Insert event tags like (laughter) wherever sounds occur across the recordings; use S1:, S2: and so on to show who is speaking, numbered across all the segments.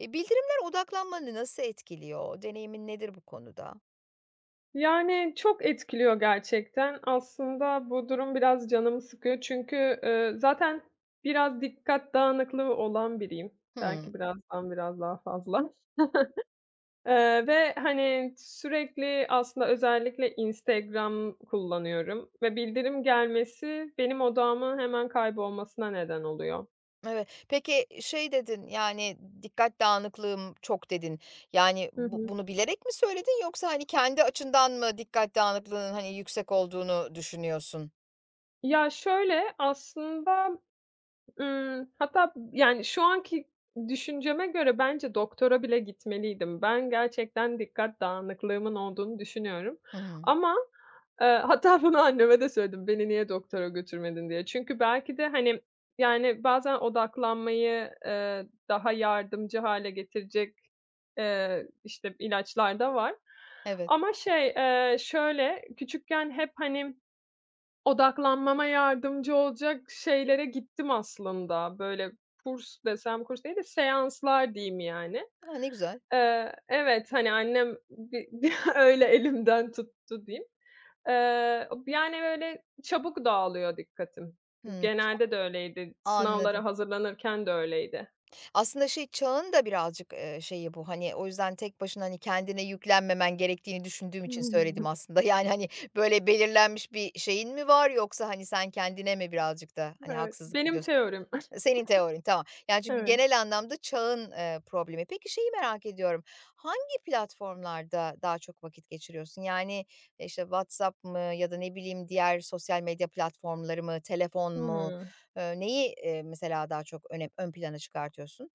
S1: Bildirimler odaklanmanı nasıl etkiliyor? Deneyimin nedir bu konuda?
S2: Yani, çok etkiliyor gerçekten. Aslında bu durum biraz canımı sıkıyor çünkü, zaten biraz dikkat dağınıklığı olan biriyim. Belki
S1: Hımm.
S2: birazdan biraz daha fazla, ve, hani, sürekli aslında özellikle Instagram kullanıyorum ve bildirim gelmesi benim odağımın hemen kaybolmasına neden oluyor.
S1: Evet. Peki, şey dedin, yani, "Dikkat dağınıklığım çok." dedin. Yani,
S2: Hı
S1: bu
S2: hı.
S1: bunu bilerek mi söyledin yoksa, hani, kendi açından mı dikkat dağınıklığının, hani, yüksek olduğunu düşünüyorsun?
S2: Ya, şöyle, aslında hatta, yani, şu anki düşünceme göre bence doktora bile gitmeliydim. Ben gerçekten dikkat dağınıklığımın olduğunu düşünüyorum
S1: Hı.
S2: ama, (laughs) hatta bunu anneme de söyledim, "Beni niye doktora götürmedin?" diye. Çünkü belki de, hani, yani, bazen odaklanmayı, daha yardımcı hâle getirecek, işte, ilaçlar da var
S1: Evet.
S2: ama şey, şöyle, küçükken hep, hani odaklanmama yardımcı olacak şeylere gittim aslında. Böyle kurs desem kurs değil de seanslar diyeyim yani.
S1: A, ne güzel.
S2: Evet, hani, annem bi (laughs) öyle elimden tuttu diyeyim. Yani, böyle çabuk dağılıyor dikkatim.
S1: Hımm.
S2: Genelde de öyleydi. Sınavlara
S1: Anladım.
S2: hazırlanırken de öyleydi.
S1: Aslında şey, çağın da birazcık, şeyi bu, hani, o yüzden tek başına, hani, kendine yüklenmemen gerektiğini düşündüğüm için söyledim
S2: (laughs)
S1: aslında. (laughs) Yani, hani, böyle belirlenmiş bir şeyin mi var yoksa, hani, sen kendine mi birazcık da, hani,
S2: Evet,
S1: haksızlık
S2: benim
S1: ediyorsun?
S2: teorim. (laughs)
S1: Senin teorin, tamam. Yani, çünkü
S2: Evet.
S1: genel anlamda çağın, problemi. Peki şeyi merak ediyorum, hangi platformlarda daha çok vakit geçiriyorsun? Yani, işte, WhatsApp mı ya da ne bileyim diğer sosyal medya platformları mı, telefon mu?
S2: Hımm.
S1: Neyi, mesela daha çok ön plana çıkartıyorsun?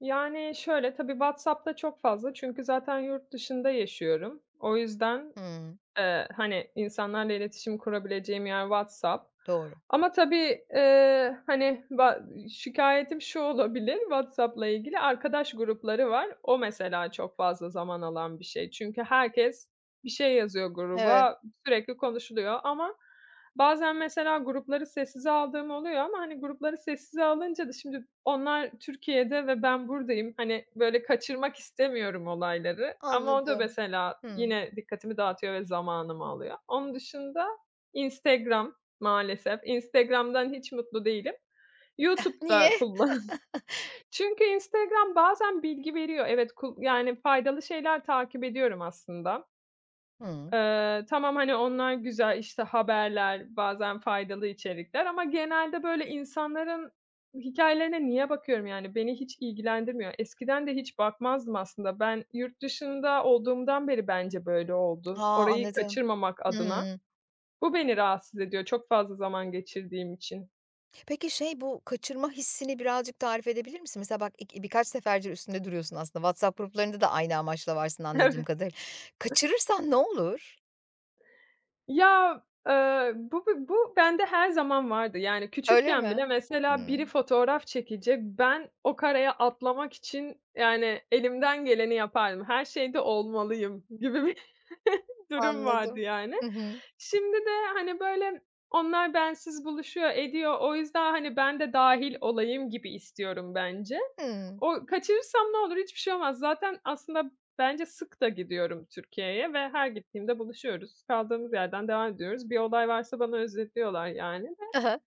S2: Yani, şöyle, tabii WhatsApp'ta çok fazla çünkü zaten yurt dışında yaşıyorum. O yüzden
S1: Hımm.
S2: Hani, insanlarla iletişim kurabileceğim yer WhatsApp.
S1: Doğru.
S2: Ama tabii, hani, şikâyetim şu olabilir WhatsApp'la ilgili, arkadaş grupları var. O mesela çok fazla zaman alan bir şey. Çünkü herkes bir şey yazıyor
S1: Evet,
S2: gruba, sürekli konuşuluyor ama bazen mesela grupları sessize aldığım oluyor ama, hani, grupları sessize alınca da şimdi onlar Türkiye'de ve ben buradayım. Hani, böyle, kaçırmak istemiyorum olayları ama o da
S1: anladım.
S2: mesela
S1: Hımm.
S2: yine dikkatimi dağıtıyor ve zamanımı alıyor. Onun dışında Instagram maalesef. Instagram'dan hiç mutlu değilim.
S1: Niye?
S2: YouTube'da kullan (laughs) çünkü Instagram bazen bilgi veriyor. Evet, yani, faydalı şeyler takip ediyorum aslında.
S1: Hımm.
S2: Tamam, hani, onlar güzel, işte, haberler, bazen faydalı içerikler ama genelde, böyle, insanların hikâyelerine niye bakıyorum, yani? Beni hiç ilgilendirmiyor. Eskiden de hiç bakmazdım aslında. Ben yurt dışında olduğumdan beri bence böyle
S1: Ha,
S2: oldu. Orayı
S1: anladım.
S2: kaçırmamak
S1: Hı
S2: adına.
S1: hı.
S2: Bu beni rahatsız ediyor çok fazla zaman geçirdiğim için.
S1: Peki, şey, bu kaçırma hissini birazcık tarif edebilir misin? Mesela bak ik birkaç seferdir üstünde duruyorsun aslında. WhatsApp gruplarında da aynı amaçla varsın
S2: (laughs)
S1: anladığım
S2: Evet.
S1: kadarıyla. Kaçırırsan ne olur?
S2: Ya, bu bende her zaman vardı. Yani
S1: Öyle
S2: küçükken bile
S1: mi?
S2: mesela biri
S1: Hımm.
S2: fotoğraf çekecek, ben o karaya atlamak için, yani, elimden geleni yapardım. Her şeyde olmalıyım gibi bir (laughs) durum vardı
S1: Anladım.
S2: yani.
S1: Hı hı.
S2: Şimdi de, hani, böyle, onlar bensiz buluşuyor, ediyor. O yüzden, hani, ben de dâhil olayım gibi istiyorum bence.
S1: Hımm.
S2: O kaçırırsam ne olur? Hiçbir şey olmaz. Zaten aslında bence sık da gidiyorum Türkiye'ye ve her gittiğimde buluşuyoruz. Kaldığımız yerden devam ediyoruz. Bir olay varsa bana özetliyorlar yani de
S1: Hı hı.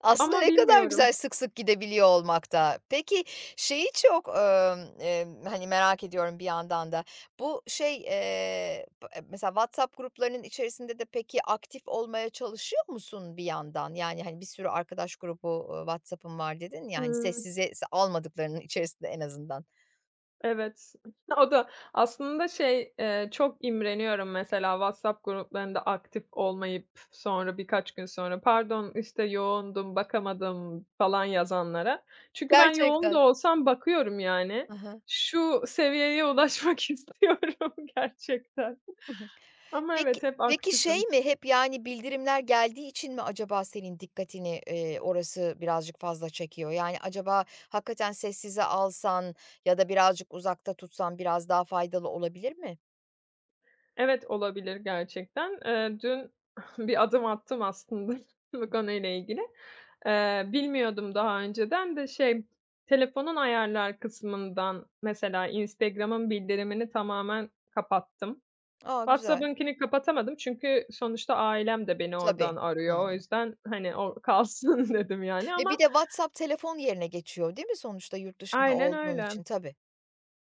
S1: Aslında
S2: ama
S1: ne kadar
S2: bilmiyorum.
S1: güzel sık sık gidebiliyor olmak da. Peki, şeyi çok, hani, merak ediyorum bir yandan da. Bu şey, b mesela WhatsApp gruplarının içerisinde de peki aktif olmaya çalışıyor musun bir yandan? Yani, hani, bir sürü arkadaş grubu, WhatsApp'ım var dedin ya, hani,
S2: Hımm,
S1: sessize almadıklarının içerisinde en azından.
S2: evet. (laughs) O da aslında şey, çok imreniyorum mesela WhatsApp gruplarında aktif olmayıp sonra birkaç gün sonra, "Pardon, işte, yoğundum, bakamadım." falan yazanlara. Çünkü ben yoğun da
S1: Gerçekten.
S2: olsam bakıyorum yani.
S1: Aha.
S2: Şu seviyeye ulaşmak (laughs) istiyorum gerçekten.
S1: (laughs)
S2: Ama
S1: Peki
S2: evet, hep
S1: peki şey
S2: aktifim.
S1: mi, hep, yani, bildirimler geldiği için mi acaba senin dikkatini, orası birazcık fazla çekiyor? Yani, acaba hakikaten sessize alsan ya da birazcık uzakta tutsan biraz daha faydalı olabilir mi?
S2: Evet, olabilir gerçekten. Dün (laughs) bir adım attım aslında (laughs) bu konuyla ilgili. Bilmiyordum daha önceden de şey, telefonun ayarlar kısmından mesela Instagram'ın bildirimini tamamen kapattım.
S1: A, güzel.
S2: WhatsApp'ınkini kapatamadım çünkü sonuçta ailem de beni oradan
S1: Tabii.
S2: arıyor. O
S1: Hımm.
S2: yüzden, hani, o kalsın (laughs) dedim yani
S1: E,
S2: ama
S1: bir de WhatsApp telefon yerine geçiyor, değil mi sonuçta yurt dışında
S2: aynen
S1: olduğun
S2: öyle.
S1: için? Tabii.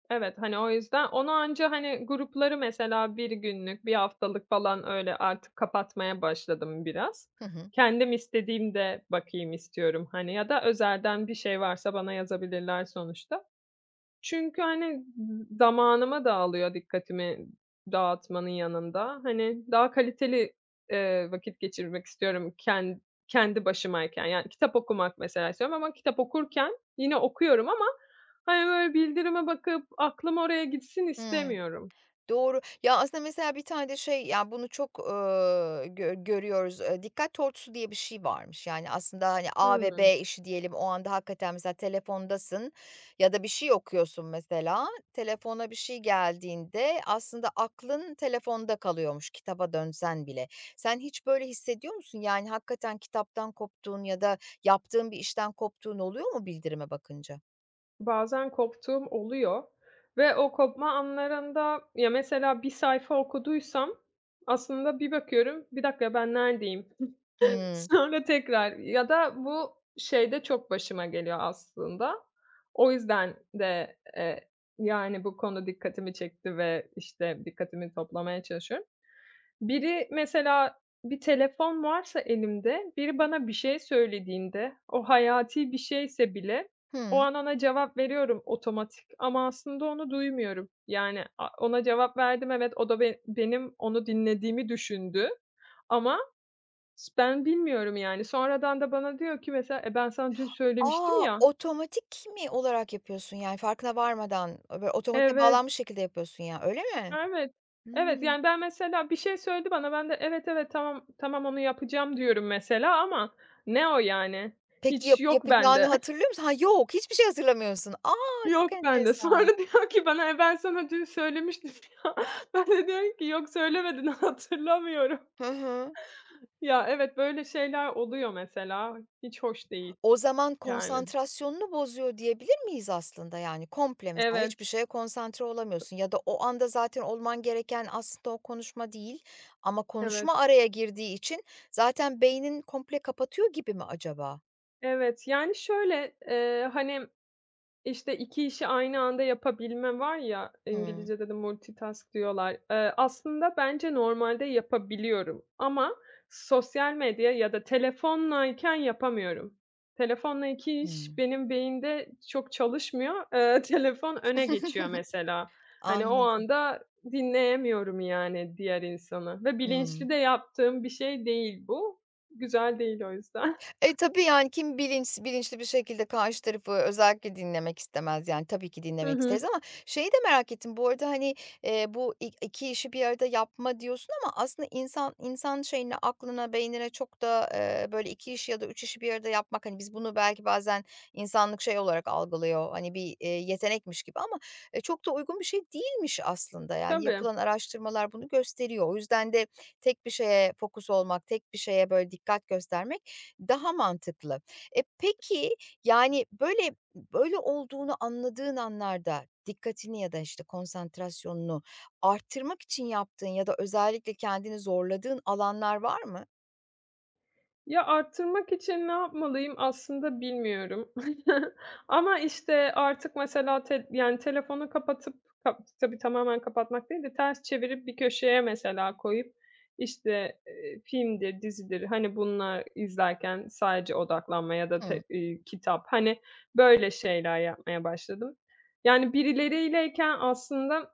S2: Evet, hani, o yüzden onu anca, hani, grupları mesela bir günlük, bir haftalık falan öyle artık kapatmaya başladım biraz.
S1: Hı hı.
S2: Kendim istediğimde bakayım istiyorum, hani, ya da özelden bir şey varsa bana yazabilirler sonuçta. Çünkü, hani, zamanımı da alıyor dikkatimi dağıtmanın yanında. Hani, daha kaliteli, vakit geçirmek istiyorum kendi başımayken. Yani, kitap okumak mesela istiyorum ama kitap okurken yine okuyorum ama, hani, böyle bildirime bakıp aklım oraya gitsin
S1: Hıı.
S2: istemiyorum.
S1: Doğru. Ya, aslında mesela bir tane de şey, ya, bunu çok, görüyoruz. Dikkat tortusu diye bir şey varmış. Yani, aslında, hani, A ve
S2: Hımm.
S1: B işi diyelim, o anda hakikaten mesela telefondasın ya da bir şey okuyorsun mesela. Telefona bir şey geldiğinde aslında aklın telefonda kalıyormuş kitaba dönsen bile. Sen hiç böyle hissediyor musun? Yani, hakikaten kitaptan koptuğun ya da yaptığın bir işten koptuğun oluyor mu bildirime bakınca?
S2: Bazen koptuğum oluyor ve o kopma anlarında ya, mesela bir sayfa okuduysam aslında bir bakıyorum, "Bir dakika, ben neredeyim?"
S1: Hıı.
S2: Sonra tekrar ya da bu şeyde çok başıma geliyor aslında. O yüzden de, yani, bu konu dikkatimi çekti ve, işte, dikkatimi toplamaya çalışıyorum. Biri mesela bir telefon varsa elimde, biri bana bir şey söylediğinde, o hayati bir şeyse bile o
S1: Hı.
S2: an ona cevap veriyorum otomatik ama aslında onu duymuyorum. Yani, ona cevap verdim, evet, o da benim onu dinlediğimi düşündü ama ben bilmiyorum yani. Sonradan da bana diyor ki mesela, "E, ben sana dün söylemiştim
S1: A!
S2: ya."
S1: Otomatik mi olarak yapıyorsun, yani, farkına varmadan, böyle, otomatiğe
S2: Evet,
S1: bağlanmış şekilde yapıyorsun, ya öyle mi?
S2: evet, evet.
S1: Hımm.
S2: Yani, ben mesela bir şey söyledi bana, ben de "Evet, evet, tamam, tamam onu yapacağım." diyorum mesela ama ne o yani?
S1: Peki
S2: Hiç yok
S1: yapacağını
S2: bende. (laughs)
S1: hatırlıyor musun? Ha, yok, hiçbir şey hatırlamıyorsun. A! Çok
S2: Yok bende.
S1: enteresan.
S2: Sonra diyor ki bana, "E, ben sana dün söylemiştim (laughs) ya." Ben de diyorum ki, "Yok söylemedin, (laughs) hatırlamıyorum."
S1: Hı hı.
S2: Ya, evet, böyle şeyler oluyor mesela. Hiç hoş değil
S1: O zaman
S2: yani.
S1: konsantrasyonunu bozuyor diyebilir miyiz aslında, yani? Komple mesela hiçbir
S2: Evet,
S1: şeye konsantre olamıyorsun ya da o anda zaten olman gereken aslında o konuşma değil ama
S2: evet,
S1: konuşma araya girdiği için zaten beynin komple kapatıyor gibi mi acaba?
S2: evet. Yani, şöyle, hani İşte 2 işi aynı anda yapabilme var ya,
S1: Hımm.
S2: İngilizcede de multitask diyorlar. Aslında bence normalde yapabiliyorum ama sosyal medya ya da telefondayken yapamıyorum. Telefonla 2 iş
S1: Hımm.
S2: benim beyinde çok çalışmıyor. (laughs) Telefon öne geçiyor mesela.
S1: (laughs)
S2: Hani, o
S1: Anladım.
S2: anda dinleyemiyorum, yani, diğer insanı ve
S1: Hıı.
S2: bilinçli de yaptığım bir şey değil bu. Güzel değil o yüzden.
S1: E, tabii, yani, kim bilinçli bir şekilde karşı tarafı özellikle dinlemek istemez, yani, tabii ki
S2: Hı
S1: dinlemek isteriz
S2: hı.
S1: ama şeyi de merak ettim bu arada, hani, bu ik 2 işi bir arada yapma diyorsun ama aslında insan şeyine, aklına, beynine çok da, böyle 2 işi ya da 3 işi bir arada yapmak, hani, biz bunu belki bazen insanlık şey olarak algılıyor, hani, bir, yetenekmiş gibi ama, çok da uygun bir şey değilmiş aslında,
S2: (laughs)
S1: yani,
S2: Tabii.
S1: yapılan araştırmalar bunu gösteriyor. O yüzden de tek bir şeye fokus olmak, tek bir şeye böyle dikkat göstermek daha mantıklı. E, peki, yani, böyle olduğunu anladığın anlarda dikkatini ya da, işte, konsantrasyonunu arttırmak için yaptığın ya da özellikle kendini zorladığın alanlar var mı?
S2: Ya, arttırmak için ne yapmalıyım aslında bilmiyorum. (laughs) Ama, işte, artık mesela yani, telefonu kapatıp tabii tamamen kapatmak değil de ters çevirip bir köşeye mesela koyup, işte, filmdir, dizidir, hani, bunlar izlerken sadece odaklanma ya da
S1: Hıı.
S2: te kitap, hani, böyle şeyler yapmaya başladım. Yani, birileriyleken aslında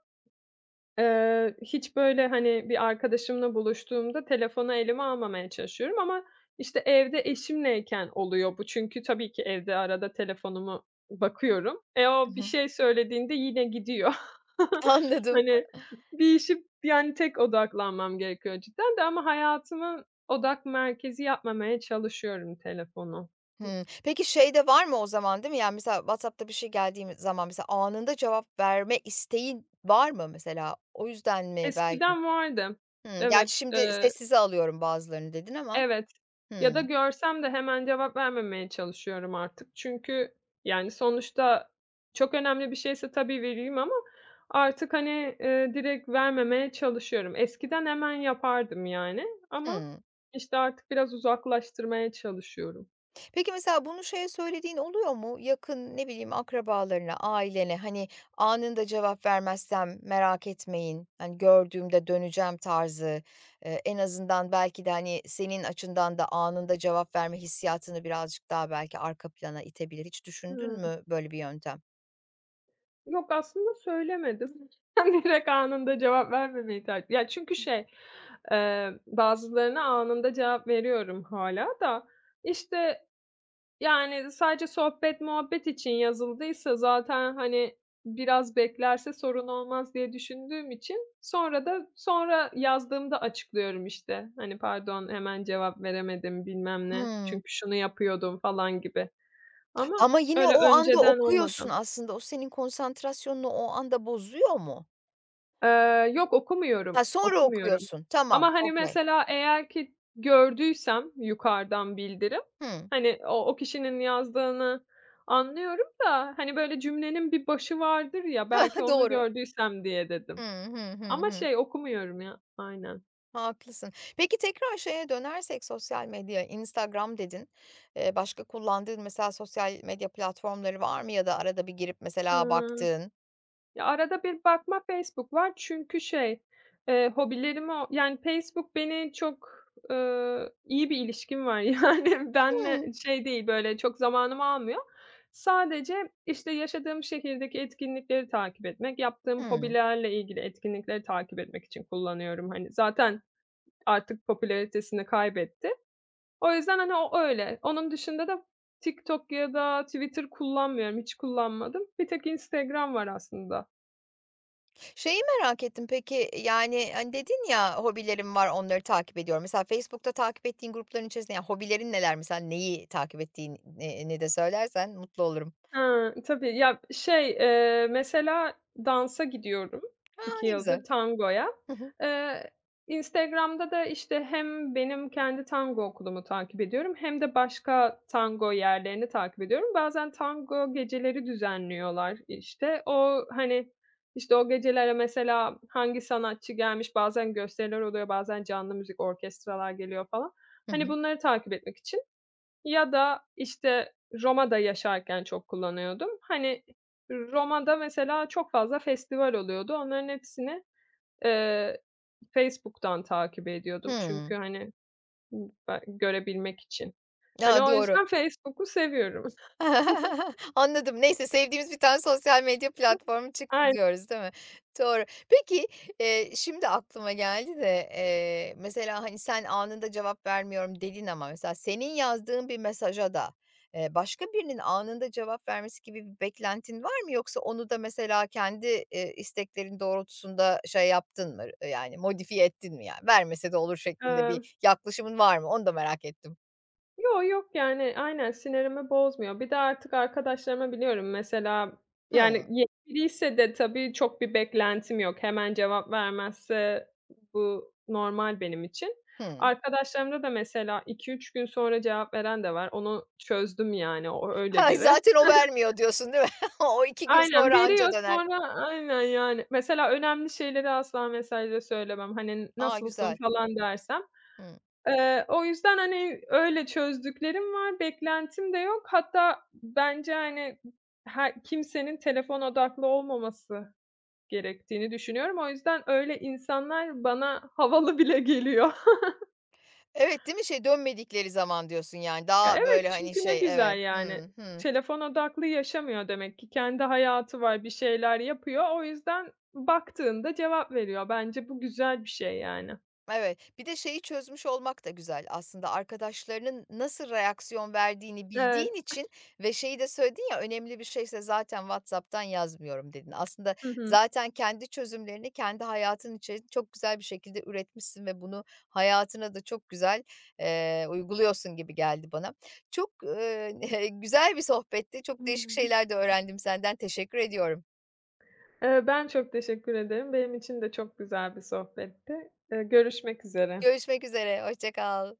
S2: Hiç, böyle, hani, bir arkadaşımla buluştuğumda telefonu elime almamaya çalışıyorum ama, işte, evde eşimleyken oluyor bu. Çünkü tabii ki evde arada telefonuma bakıyorum. E,
S1: Hı
S2: o bir
S1: hı.
S2: şey söylediğinde yine gidiyor.
S1: (laughs)
S2: (laughs)
S1: Anladım.
S2: Hani, bir işe, yani, tek odaklanmam gerekiyor cidden de ama hayatımın odak merkezi yapmamaya çalışıyorum telefonu.
S1: Hıı. Peki, şey de var mı o zaman, değil mi? Yani, mesela WhatsApp'ta bir şey geldiği zaman mesela anında cevap verme isteğin var mı mesela? O yüzden mi belki?
S2: Eskiden vardı.
S1: Hıı. Gerçi
S2: Evet,
S1: şimdi sessize alıyorum bazılarını dedin ama.
S2: evet. Ya
S1: Hıı.
S2: da görsem de hemen cevap vermemeye çalışıyorum artık. Çünkü, yani, sonuçta çok önemli bir şeyse tabii vereyim ama artık, hani, direkt vermemeye çalışıyorum. Eskiden hemen yapardım yani ama
S1: Hıı.
S2: işte, artık biraz uzaklaştırmaya çalışıyorum.
S1: Peki mesela bunu şeye söylediğin oluyor mu? Yakın, ne bileyim, akrabalarına, ailene, hani, anında cevap vermezsem merak etmeyin, hani, gördüğümde döneceğim tarzı, en azından belki de, hani, senin açından da anında cevap verme hissiyatını birazcık daha belki arka plana itebilir. Hiç düşündün
S2: Hıı.
S1: mü böyle bir yöntem?
S2: Yok, aslında söylemedim. (laughs) Direkt anında cevap vermemeyi tercih ya, çünkü şey, bazılarına anında cevap veriyorum hâlâ da, işte, yani, sadece sohbet muhabbet için yazıldıysa zaten, hani, biraz beklerse sorun olmaz diye düşündüğüm için sonra da sonra yazdığımda açıklıyorum, işte. Hani, "Pardon, hemen cevap veremedim." bilmem ne.
S1: Hımm.
S2: "Çünkü şunu yapıyordum." falan gibi ama
S1: Ama yine
S2: öyle
S1: o anda
S2: önceden
S1: okuyorsun
S2: olmadı.
S1: aslında. O senin konsantrasyonunu o anda bozuyor mu?
S2: Yok okumuyorum,
S1: Ha, sonra
S2: okumuyorum.
S1: okuyorsun. Tamam,
S2: Ama, hani,
S1: okay.
S2: mesela eğer ki gördüysem yukarıdan bildirim,
S1: Hımm.
S2: hani, o kişinin yazdığını anlıyorum da, hani, böyle cümlenin bir başı vardır ya, belki
S1: (laughs)
S2: onu
S1: Doğru.
S2: gördüysem diye dedim.
S1: Hımm. Hı hı,
S2: Ama
S1: hı.
S2: şey okumuyorum ya. Aynen.
S1: Haklısın. Peki tekrar şeye dönersek sosyal medya, Instagram dedin. Başka kullandığın mesela sosyal medya platformları var mı ya da arada bir girip mesela
S2: Iıı
S1: baktığın?
S2: ya, arada bir bakma Facebook var çünkü şey, hobilerimi o yani Facebook beni çok, iyi bir ilişkim var. (laughs) Yani benle
S1: Hmm.
S2: şey değil, böyle, çok zamanımı almıyor. Sadece, işte, yaşadığım şehirdeki etkinlikleri takip etmek, yaptığım
S1: Hımm.
S2: hobilerle ilgili etkinlikleri takip etmek için kullanıyorum. Hani, zaten artık popülaritesini kaybetti. O yüzden, hani, o öyle. Onun dışında da TikTok ya da Twitter kullanmıyorum, hiç kullanmadım. Bir tek Instagram var aslında.
S1: Şeyi merak ettim peki, yani, hani, dedin ya, "Hobilerim var, onları takip ediyorum." Mesela Facebook'ta takip ettiğin grupların içerisinde, yani, hobilerin neler mesela? Neyi takip ettiğin ne ni de söylersen mutlu olurum.
S2: Hıı, tabii. Ya, şey, mesela dansa gidiyorum
S1: A,
S2: 2
S1: ne güzel.
S2: yıldır, tangoya.
S1: Hı hı.
S2: Eee, Instagram'da da, işte, hem benim kendi tango okulumu takip ediyorum hem de başka tango yerlerini takip ediyorum. Bazen tango geceleri düzenliyorlar, işte. O, hani, işte, o gecelere mesela hangi sanatçı gelmiş, bazen gösteriler oluyor, bazen canlı müzik, orkestralar geliyor falan.
S1: Hı
S2: Hani,
S1: hı.
S2: bunları takip etmek için ya da, işte, Roma'da yaşarken çok kullanıyordum. Hani, Roma'da mesela çok fazla festival oluyordu. Onların hepsini, eee, Facebook'tan takip ediyordum
S1: Hımm.
S2: çünkü, hani, ımm, görebilmek için. Hani,
S1: A,
S2: o
S1: doğru.
S2: yüzden Facebook'u seviyorum. (laughs)
S1: (laughs) Anladım. Neyse, sevdiğimiz bir tane sosyal medya platformu çıktı diyoruz, değil mi? Doğru. Peki, şimdi aklıma geldi de, mesela, hani, sen anında cevap vermiyorum dedin ama mesela senin yazdığın bir mesaja da, başka birinin anında cevap vermesi gibi bir beklentin var mı? Yoksa onu da mesela kendi, isteklerin doğrultusunda şey yaptın mı, yani modifiye ettin mi yani? Vermese de olur şeklinde
S2: Aynen.
S1: bir yaklaşımın var mı? Onu da merak ettim.
S2: Yo, yok, yani, aynen, sinirimi bozmuyor. Bir de artık arkadaşlarıma biliyorum mesela, yani,
S1: Hıı.
S2: yeni biriyse de tabii çok bir beklentim yok. Hemen cevap vermezse bu normal benim için.
S1: Hı.
S2: Arkadaşlarımda da mesela iki üç gün sonra cevap veren de var. Onu çözdüm, yani, o öyle
S1: Ha,
S2: biri.
S1: zaten o vermiyor diyorsun, değil mi? (laughs) O
S2: (laughs)
S1: 2 gün
S2: Aynen,
S1: sonra anca
S2: veriyor
S1: döner.
S2: sonra aynen, yani. Mesela önemli şeyleri asla mesajda söylemem. Hani,
S1: A,
S2: "Nasılsın?"
S1: güzel.
S2: falan dersem
S1: Hımm.
S2: O yüzden, hani, öyle çözdüklerim var, beklentim de yok. Hatta bence, hani, her kimsenin telefon odaklı olmaması gerektiğini düşünüyorum. O yüzden öyle insanlar bana havalı bile geliyor. (laughs)
S1: Evet, değil mi? Şey, dönmedikleri zaman diyorsun, yani,
S2: Ya,
S1: daha, böyle,
S2: evet,
S1: hani,
S2: çünkü ne
S1: şey
S2: güzel,
S1: Evet.
S2: yani.
S1: Hımm, hı.
S2: Telefon odaklı yaşamıyor demek ki. Kendi hayatı var, bir şeyler yapıyor. O yüzden baktığında cevap veriyor. Bence bu güzel bir şey, yani.
S1: Evet, bir de şeyi çözmüş olmak da güzel aslında arkadaşlarının nasıl reaksiyon verdiğini
S2: Evet.
S1: bildiğin için ve şeyi de söyledin ya, "Önemli bir şeyse zaten WhatsApp'tan yazmıyorum." dedin. Aslında
S2: Hı
S1: zaten kendi çözümlerini kendi hayatın için çok güzel bir şekilde üretmişsin ve bunu hayatına da çok güzel, uyguluyorsun gibi geldi bana. Çok, (laughs) güzel bir sohbetti. Çok değişik
S2: hı.
S1: şeyler de öğrendim senden. Teşekkür ediyorum.
S2: Ben çok teşekkür ederim. Benim için de çok güzel bir sohbetti. Görüşmek üzere.
S1: Görüşmek üzere, hoşça kal.